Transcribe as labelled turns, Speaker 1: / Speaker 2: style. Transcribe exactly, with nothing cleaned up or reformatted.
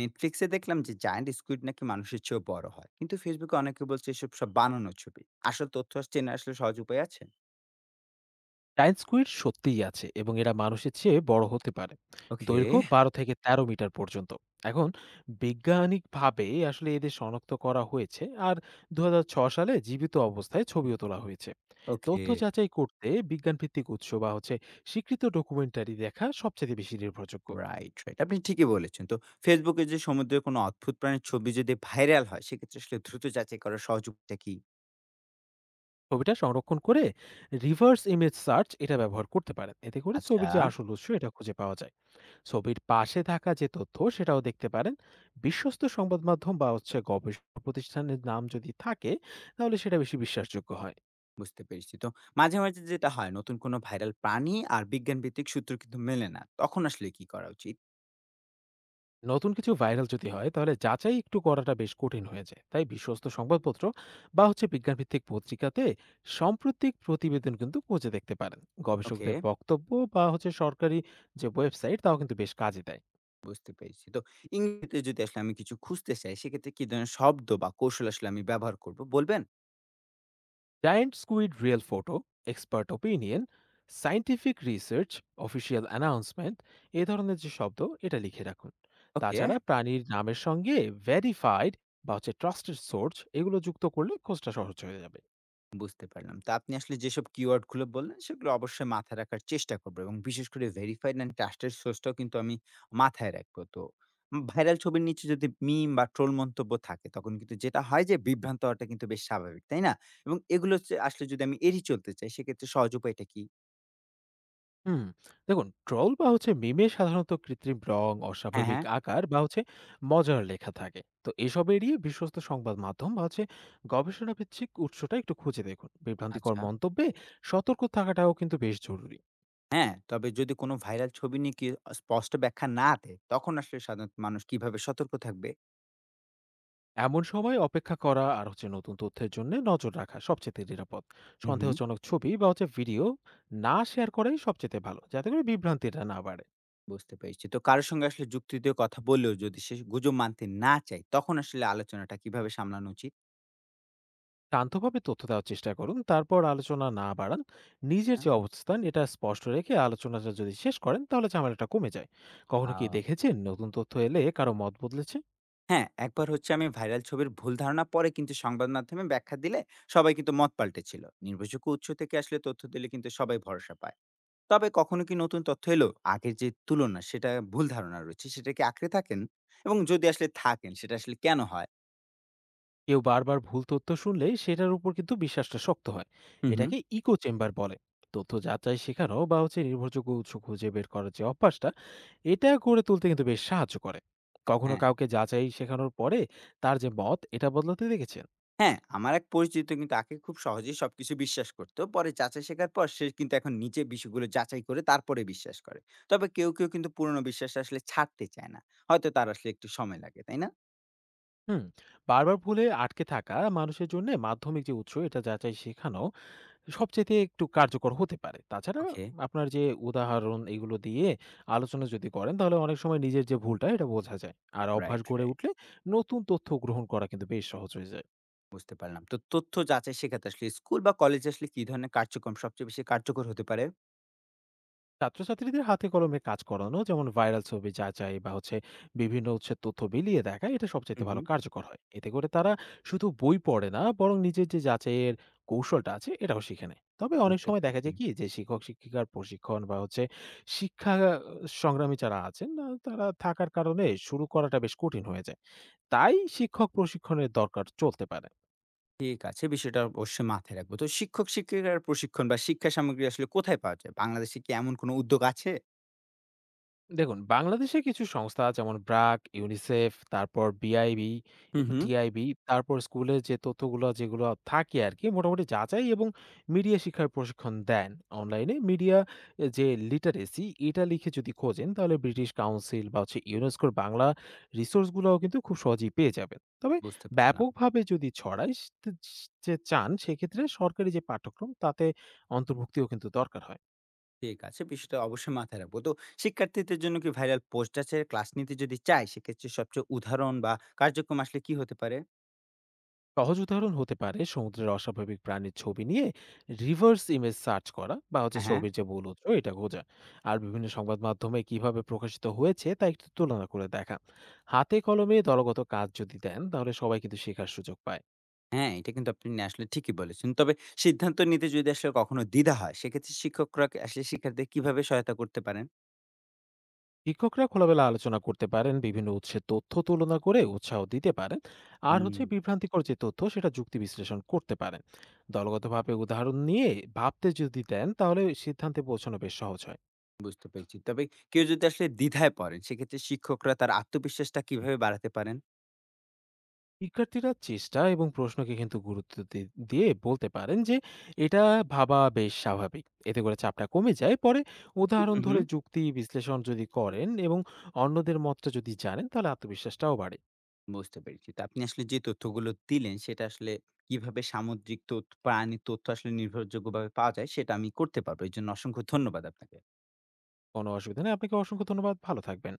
Speaker 1: নেটফ্লিক্সে দেখলাম যে জায়ান্ট স্কুইড নাকি মানুষের চেয়েও বড় হয়, কিন্তু ফেসবুকে অনেকে বলছে এসব সব বানানো ছবি। আসল তথ্য আর চেনা আসলে সহজ উপায় আছে?
Speaker 2: giant squid সত্যিই আছে এবং এরা মানুষের চেয়ে বড় হতে পারে।
Speaker 1: ওকে।
Speaker 2: দৈর্ঘ্য বারো থেকে তেরো মিটার পর্যন্ত। এখন বৈজ্ঞানিকভাবে আসলে এদের শনাক্ত করা হয়েছে, আর দুই হাজার ছয় সালে জীবিত অবস্থায় ছবিও তোলা হয়েছে।
Speaker 1: ওকে।
Speaker 2: তথ্য যাচাই করতে বিজ্ঞানভিত্তিক উৎস বা হচ্ছে স্বীকৃত ডকুমেন্টারি দেখা সবচেয়ে বেশি নির্ভরযোগ্য।
Speaker 1: রাইট, রাইট, আপনি ঠিকই বলেছেন। তো ফেসবুকে যে সমুদ্রের কোনো অদ্ভুত প্রাণীর ছবি যদি ভাইরাল হয়, সেক্ষেত্রে আসলে দ্রুত যাচাই করার সহজ উপায়টা কি?
Speaker 2: ছবিটা সংরক্ষণ করে reverse image search এটা ব্যবহার করতে পারেন। এতে করে
Speaker 1: আচ্ছা।
Speaker 2: ছবির যে আসল উৎস এটা খুঁজে পাওয়া যায়। ছবির পাশে থাকা যে তথ্য সেটাও দেখতে পারেন। বিশ্বস্ত সংবাদ মাধ্যম বা হচ্ছে গবেষণা প্রতিষ্ঠানের নাম যদি থাকে তাহলে সেটা বেশি বিশ্বাসযোগ্য হয়।
Speaker 1: বুঝতে পেরেছি। তো মাঝে মাঝে যেটা হয়, নতুন কোনো ভাইরাল প্রাণী আর বিজ্ঞান ভিত্তিক সূত্র কিন্তু মেলে না, তখন আসলে কি করা উচিত?
Speaker 2: নতুন কিছু ভাইরাল যদি হয় তাহলে যাচাই একটু করাটা বেশ কঠিন হয়ে যায়, তাই বিশ্বস্ত সংবাদপত্র বা হচ্ছে বিজ্ঞানভিত্তিক পত্রিকাতে সাম্প্রতিক প্রতিবেদন কিন্তু খুঁজে দেখতে পারেন।
Speaker 1: ওকে।
Speaker 2: গবেষকদের বক্তব্য বা হচ্ছে সরকারি যে ওয়েবসাইট তাও কিন্তু বেশ কাজে দেয়।
Speaker 1: বুঝতে পেরেছি। তো ইংরেজিতে যদি আসলে আমি কিছু খুঁজতে চাই, সেক্ষেত্রে কি ধরনের শব্দ বা কৌশল আসলে আমি ব্যবহার করব, বলবেন?
Speaker 2: giant squid real photo, expert opinion, scientific research, official announcement এ ধরনের যে শব্দ এটা লিখে রাখুন।
Speaker 1: ওকে।
Speaker 2: তাছাড়া প্রাণীর নামের সঙ্গে ভেরিফাইড বা হচ্ছে ট্রাস্টেড সোর্স এগুলো যুক্ত করলে খোঁজটা সহজ হয়ে যাবে।
Speaker 1: বুঝতে পারলাম। তো আপনি আসলে যেসব keyword গুলো বললেন, সেগুলো অবশ্যই মাথায় রাখার চেষ্টা করব, এবং বিশেষ করে verified and trusted source টাও কিন্তু আমি মাথায় রাখবো। তো ভাইরাল ছবির নিচে যদি মিম বা ট্রোল মন্তব্য থাকে, তখন কিন্তু যেটা হয় যে বিভ্রান্ত হওয়াটা কিন্তু বেশ স্বাভাবিক, তাই না? এবং এগুলো হচ্ছে আসলে যদি আমি এড়িয়ে চলতে চাই, সেক্ষেত্রে সহজ উপায়টা কি?
Speaker 2: হুম, দেখুন ট্রল বা হচ্ছে মিমে সাধারণত কৃত্রিম রং,
Speaker 1: হ্যাঁ,
Speaker 2: অস্বাভাবিক
Speaker 1: হ্যাঁ।
Speaker 2: আকার বা হচ্ছে মজার লেখা থাকে, তো এসব এড়িয়ে বিশ্বস্ত সংবাদ মাধ্যম বা হচ্ছে গবেষণা ভিত্তিক উৎসটা একটু খুঁজে দেখুন। বিভ্রান্তিকর
Speaker 1: আচ্ছা।
Speaker 2: মন্তব্যে সতর্ক থাকাটাও কিন্তু বেশ জরুরি।
Speaker 1: হ্যাঁ, তবে যদি কোনো ভাইরাল ছবি নিয়ে কি আ স্পষ্ট ব্যাখ্যা না দেয়, তখন আসলে সাধারণত মানুষ কিভাবে সতর্ক থাকবে?
Speaker 2: এমন সময় অপেক্ষা করা আর হচ্ছে নতুন তথ্যের জন্য নজর রাখা সবচেয়ে নিরাপদ।
Speaker 1: হুম, হুম।
Speaker 2: সন্দেহজনক ছবি বা হচ্ছে ভিডিও না শেয়ার করাই সবচেয়ে ভালো, যাতে করে বিভ্রান্তিটা না বাড়ে।
Speaker 1: বুঝতে পেরেছি। তো কারো সঙ্গে আসলে যুক্তি দিয়ে কথা বললেও যদি সে গুজব মানতে না চায়, তখন আসলে আলোচনাটা কিভাবে সামলানো উচিত?
Speaker 2: শান্তভাবে তথ্য দেওয়ার চেষ্টা করুন, তারপর আলোচনা না বাড়ান। নিজের
Speaker 1: হ্যাঁ।
Speaker 2: যে অবস্থান এটা স্পষ্ট রেখে আলোচনাটা যদি শেষ করেন তাহলে ঝামেলাটা কমে যায়। কখনো
Speaker 1: আ
Speaker 2: কি দেখেছেন নতুন তথ্য এলে কারো মত বদলেছে?
Speaker 1: হ্যাঁ, একবার হচ্ছে আমি ভাইরাল ছবির ভুল ধারণা পরে কিন্তু সংবাদ মাধ্যমে ব্যাখ্যা দিলে সবাই কিন্তু মত পাল্টেছিল। নির্ভরযোগ্য উৎস থেকে আসলে তথ্য দিলে কিন্তু সবাই ভরসা পায়। তবে কখনো কি নতুন তথ্য এলো, আগের যে তুলনা সেটা ভুল ধারণা রয়েছে, সেটা কি আঁকড়ে থাকেন? এবং যদি আসলে থাকেন, সেটা আসলে কেন হয়?
Speaker 2: কেউ বারবার ভুল তথ্য শুনলে সেটার উপর কিন্তু বিশ্বাসটা শক্ত হয়।
Speaker 1: হুম, হুম।
Speaker 2: এটাকে ইকো চেম্বার বলে। তথ্য যাচাই শেখানো বা হচ্ছে নির্ভরযোগ্য উৎস খুঁজে বের করার যে অভ্যাসটা এটা গড়ে তুলতে কিন্তু বেশ সাহায্য করে। কখনো
Speaker 1: হ্যাঁ,
Speaker 2: কাউকে যাচাই শেখানোর পরে তার যে মত এটা বদলাতে দেখেছেন?
Speaker 1: হ্যাঁ, আমার এক পরিচিত কিন্তু আগে খুব সহজেই সবকিছু বিশ্বাস করতো। পরে যাচাই শেখার পর সে কিন্তু এখন নিজে বিষয়গুলো যাচাই করে তারপরে বিশ্বাস করে। তবে কেউ, কেউ কিন্তু পুরনো বিশ্বাস আসলে ছাড়তে চায় না। হয়তো তার আসলে একটু সময় লাগে, তাই না?
Speaker 2: হুম, বারবার ভুলে আটকে থাকা মানুষের জন্য মাধ্যমিক যে উৎস এটা যাচাই শেখানো সবচাইতে একটু কার্যকর হতে পারে। তাছাড়া
Speaker 1: ওকে।
Speaker 2: আপনার যে উদাহরণ এগুলো দিয়ে আলোচনা যদি করেন তাহলে অনেক সময় নিজের যে ভুলটা এটা বোঝা যায়। আর অভ্যাস
Speaker 1: রাইট,
Speaker 2: গড়ে
Speaker 1: রাইট।
Speaker 2: উঠলে নতুন তথ্য গ্রহণ করা কিন্তু বেশ সহজ হয়ে যায়।
Speaker 1: বুঝতে পারলাম। তো তথ্য যাচাই শেখাতে আসলে স্কুল বা কলেজে আসলে কি ধরনের কার্যক্রম সবচেয়ে বেশি কার্যকর হতে পারে?
Speaker 2: ছাত্রছাত্রীদের হাতে কলমে কাজ করানো, যেমন ভাইরাল ছবি যাচাই বা হচ্ছে বিভিন্ন উৎসের তথ্য মিলিয়ে দেখা, এটা সবচাইতে
Speaker 1: হুম,
Speaker 2: ভালো
Speaker 1: হুম।
Speaker 2: কার্যকর হয়। এতে করে তারা শুধু বই পড়ে না, বরং নিজের যে যাচাইয়ের কৌশলটা আছে এটাও শিখে নেয়। তবে অনেক
Speaker 1: বুঝতে
Speaker 2: সময় দেখা
Speaker 1: পেরেছি।
Speaker 2: যায় কি যে শিক্ষক শিক্ষিকার প্রশিক্ষণ বা হচ্ছে শিক্ষা আহ, সংগ্রামী যারা আছেন না, তারা থাকার কারণে শুরু করাটা বেশ কঠিন হয়ে যায়। তাই শিক্ষক প্রশিক্ষণের দরকার চলতে পারে।
Speaker 1: ঠিক আছে, বিষয়টা অবশ্যই মাথায় রাখবো। তো শিক্ষক-শিক্ষিকার প্রশিক্ষণ বা শিক্ষা সামগ্রী আসলে কোথায় পাওয়া যায়? বাংলাদেশে কি এমন কোনো উদ্যোগ আছে?
Speaker 2: দেখুন, বাংলাদেশে কিছু সংস্থা যেমন ব্র্যাক, ইউনিসেফ, তারপর বিআইবি,
Speaker 1: হুম, হুম।
Speaker 2: টিআইবি, তারপর স্কুলে যে তথ্যগুলো যেগুলো থাকে আরকি, মোটামুটি যাচাই এবং মিডিয়া শিক্ষার প্রশিক্ষণ দেন। অনলাইনে মিডিয়া এ যে লিটারেসি এটা লিখে যদি খোঁজেন তাহলে ব্রিটিশ কাউন্সিল বা হচ্ছে ইউনেস্কোর বাংলা রিসোর্স গুলাও কিন্তু খুব সহজেই পেয়ে যাবেন। তবে
Speaker 1: বুঝতে পারলাম।
Speaker 2: ব্যাপকভাবে যদি ছড়ায় স তে যে চান সেক্ষেত্রে সরকারি যে পাঠ্যক্রম তাতে অন্তর্ভুক্তিও কিন্তু দরকার হয়।
Speaker 1: ঠিক আছে, বিষয়টা অবশ্যই মাথায় রাখবো। তো শিক্ষার্থীদের জন্য কি ভাইরাল পোস্ট আছে? ক্লাস নিতে যদি চায়, সেক্ষেত্রে সবচেয়ে উদাহরণ বা কার্যক্রম আসলে কি হতে পারে?
Speaker 2: সহজ উদাহরণ হতে পারে সমুদ্রের অস্বাভাবিক প্রাণীর ছবি নিয়ে রিভার্স ইমেজ সার্চ করা বা হচ্ছে
Speaker 1: হ্যাঁ।
Speaker 2: ছবির যে মূল উৎস এটা খোঁজা, আর বিভিন্ন সংবাদ মাধ্যমে কিভাবে প্রকাশিত হয়েছে তা একটু তুলনা করে দেখা। হাতে কলমে দলগত কাজ যদি দেন তাহলে সবাই কিন্তু শেখার সুযোগ পায়।
Speaker 1: হ্যাঁ, এটা কিন্তু আপনি আসলে ঠিকই বলেছেন। তবে সিদ্ধান্ত নিতে যদি আসলে কখনো দ্বিধা হয়, সেক্ষেত্রে শিক্ষকরা আসলে শিক্ষার্থীদের কিভাবে সহায়তা করতে পারেন?
Speaker 2: শিক্ষকরা খোলামেলা আলোচনা করতে পারেন, বিভিন্ন উৎসের তথ্য তুলনা করে উৎসাহ দিতে পারেন, আর
Speaker 1: হুম।
Speaker 2: হচ্ছে বিভ্রান্তিকর যে তথ্য সেটা যুক্তি বিশ্লেষণ করতে পারেন। দলগতভাবে উদাহরণ নিয়ে ভাবতে যদি দেন তাহলে সিদ্ধান্তে পৌঁছানো বেশ সহজ হয়।
Speaker 1: বুঝতে পেরেছি। তবে কেউ যদি আসলে দ্বিধায় পড়েন, সেক্ষেত্রে শিক্ষকরা তার আত্মবিশ্বাসটা কিভাবে বাড়াতে পারেন?
Speaker 2: শিক্ষার্থীরা চেষ্টা এবং প্রশ্নকে কিন্তু গুরুত্ব দি- দিয়ে বলতে পারেন যে এটা ভাবা বেশ স্বাভাবিক, এতে করে চাপটা কমে যায়। পরে উদাহরণ
Speaker 1: হু, হু।
Speaker 2: ধরে যুক্তি বিশ্লেষণ যদি করেন এবং অন্যদের মতটা যদি জানেন তাহলে আত্মবিশ্বাসটাও বাড়ে।
Speaker 1: বুঝতে পেরেছি। তো আপনি আসলে যে তথ্যগুলো দিলেন, সেটা আসলে কিভাবে সামুদ্রিক তথ্য প্রাণীর তথ্য আসলে নির্ভরযোগ্যভাবে পাওয়া যায়, সেটা আমি করতে পারবো। এর জন্য অসংখ্য ধন্যবাদ আপনাকে।
Speaker 2: কোনো অসুবিধা নেই, আপনাকে অসংখ্য ধন্যবাদ, ভালো থাকবেন।